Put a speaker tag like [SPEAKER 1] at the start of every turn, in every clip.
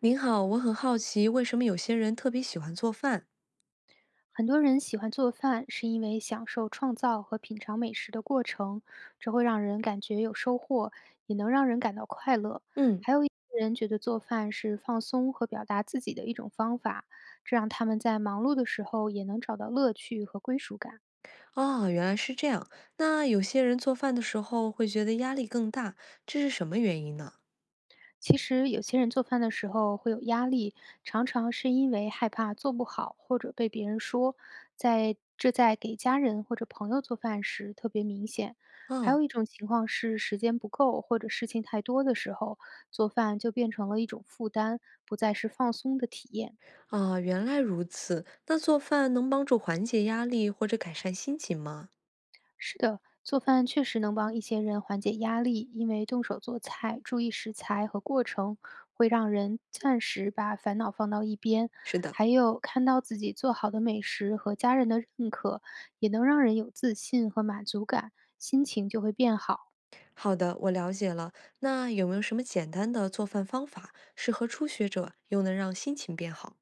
[SPEAKER 1] 您好，我很好奇，为什么有些人特别喜欢做饭？
[SPEAKER 2] 很多人喜欢做饭，是因为享受创造和品尝美食的过程，这会让人感觉有收获，也能让人感到快乐。
[SPEAKER 1] 嗯，
[SPEAKER 2] 还有一些人觉得做饭是放松和表达自己的一种方法，这让他们在忙碌的时候也能找到乐趣和归属感。
[SPEAKER 1] 哦，原来是这样。那有些人做饭的时候会觉得压力更大，这是什么原因呢？
[SPEAKER 2] 其实有些人做饭的时候会有压力，常常是因为害怕做不好或者被别人说，在给家人或者朋友做饭时特别明显。还
[SPEAKER 1] 啊
[SPEAKER 2] 有一种情况是时间不够或者事情太多的时候，做饭就变成了一种负担，不再是放松的体验。
[SPEAKER 1] 啊，原来如此。那做饭能帮助缓解压力或者改善心情吗？
[SPEAKER 2] 是的，做饭确实能帮一些人缓解压力，因为动手做菜，注意食材和过程，会让人暂时把烦恼放到一边。
[SPEAKER 1] 是的，
[SPEAKER 2] 还有看到自己做好的美食和家人的认可，也能让人有自信和满足感，心情就会变好。
[SPEAKER 1] 好的，我了解了。那有没有什么简单的做饭方法适合初学者，又能让心情变好？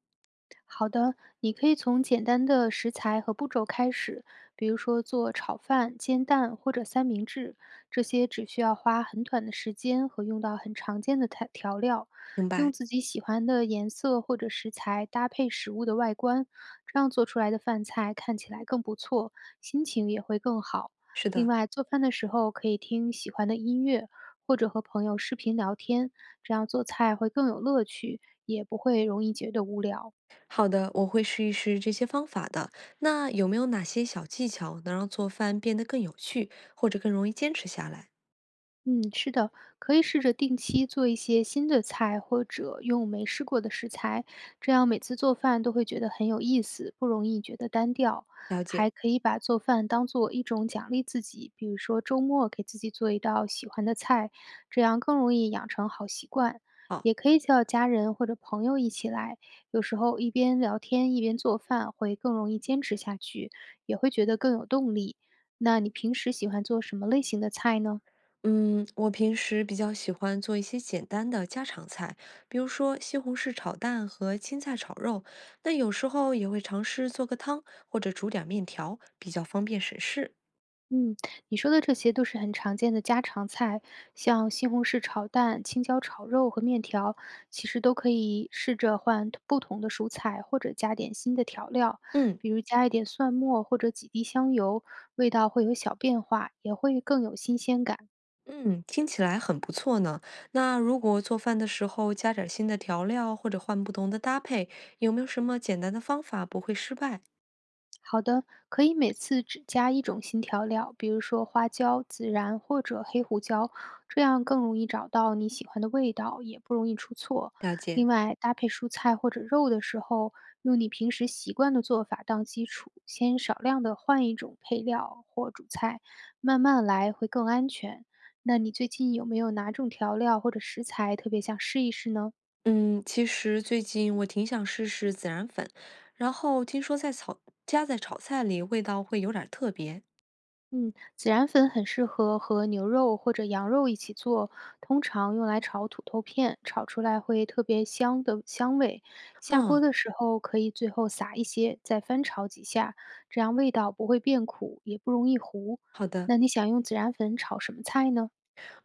[SPEAKER 2] 好的，你可以从简单的食材和步骤开始，比如说做炒饭、煎蛋或者三明治，这些只需要花很短的时间和用到很常见的调料，
[SPEAKER 1] 明白，
[SPEAKER 2] 用自己喜欢的颜色或者食材搭配食物的外观，这样做出来的饭菜看起来更不错，心情也会更好。
[SPEAKER 1] 是
[SPEAKER 2] 另
[SPEAKER 1] 的。
[SPEAKER 2] 外，做饭的时候可以听喜欢的音乐，或者和朋友视频聊天，这样做菜会更有乐趣，也不会容易觉得无聊。
[SPEAKER 1] 好的，我会试一试这些方法的。那有没有哪些小技巧能让做饭变得更有趣，或者更容易坚持下来？
[SPEAKER 2] 嗯，是的，可以试着定期做一些新的菜，或者用没试过的食材，这样每次做饭都会觉得很有意思，不容易觉得单调。
[SPEAKER 1] 了解。
[SPEAKER 2] 还可以把做饭当做一种奖励自己，比如说周末给自己做一道喜欢的菜，这样更容易养成好习惯。
[SPEAKER 1] 好，
[SPEAKER 2] 也可以叫家人或者朋友一起来，有时候一边聊天一边做饭会更容易坚持下去，也会觉得更有动力。那你平时喜欢做什么类型的菜呢？
[SPEAKER 1] 嗯，我平时比较喜欢做一些简单的家常菜，比如说西红柿炒蛋和青菜炒肉。那有时候也会尝试做个汤，或者煮点面条，比较方便省事。
[SPEAKER 2] 嗯，你说的这些都是很常见的家常菜，像西红柿炒蛋、青椒炒肉和面条，其实都可以试着换不同的蔬菜，或者加点新的调料，
[SPEAKER 1] 嗯，
[SPEAKER 2] 比如加一点蒜末或者几滴香油，味道会有小变化，也会更有新鲜感。
[SPEAKER 1] 嗯，听起来很不错呢。那如果做饭的时候加点儿新的调料，或者换不同的搭配，有没有什么简单的方法不会失败？
[SPEAKER 2] 好的，可以每次只加一种新调料，比如说花椒、孜然或者黑胡椒，这样更容易找到你喜欢的味道，也不容易出错。
[SPEAKER 1] 了解，
[SPEAKER 2] 另外，搭配蔬菜或者肉的时候，用你平时习惯的做法当基础，先少量的换一种配料或主菜，慢慢来会更安全。那你最近有没有哪种调料或者食材特别想试一试呢？
[SPEAKER 1] 嗯，其实最近我挺想试试孜然粉，然后听说在炒，加在炒菜里味道会有点儿特别。
[SPEAKER 2] 嗯，孜然粉很适合和牛肉或者羊肉一起做，通常用来炒土豆片，炒出来会特别香的香味。下锅
[SPEAKER 1] 嗯，
[SPEAKER 2] 的时候可以最后撒一些，再翻炒几下，这样味道不会变苦，也不容易糊。
[SPEAKER 1] 好的。
[SPEAKER 2] 那你想用孜然粉炒什么菜呢？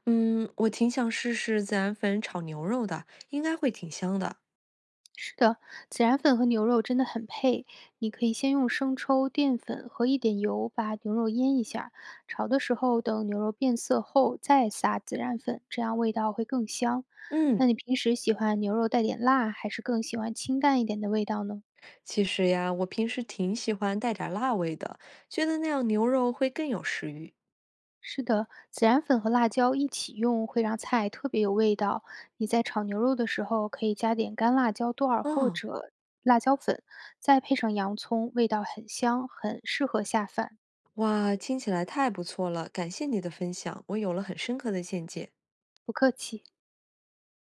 [SPEAKER 1] 嗯，我挺想试试孜然粉炒牛肉的，应该会挺香的。
[SPEAKER 2] 是的，孜然粉和牛肉真的很配。你可以先用生抽、淀粉和一点油把牛肉腌一下，炒的时候等牛肉变色后再撒孜然粉，这样味道会更香。
[SPEAKER 1] 嗯，
[SPEAKER 2] 那你平时喜欢牛肉带点辣，还是更喜欢清淡一点的味道呢？
[SPEAKER 1] 其实呀，我平时挺喜欢带点儿辣味的，觉得那样牛肉会更有食欲。
[SPEAKER 2] 是的，孜然粉和辣椒一起用会让菜特别有味道。你在炒牛肉的时候可以加点干辣椒段儿或
[SPEAKER 1] 嗯。
[SPEAKER 2] 者辣椒粉，再配上洋葱，味道很香，很适合下饭。
[SPEAKER 1] 哇，听起来太不错了，感谢你的分享，我有了很深刻的见解。
[SPEAKER 2] 不客气。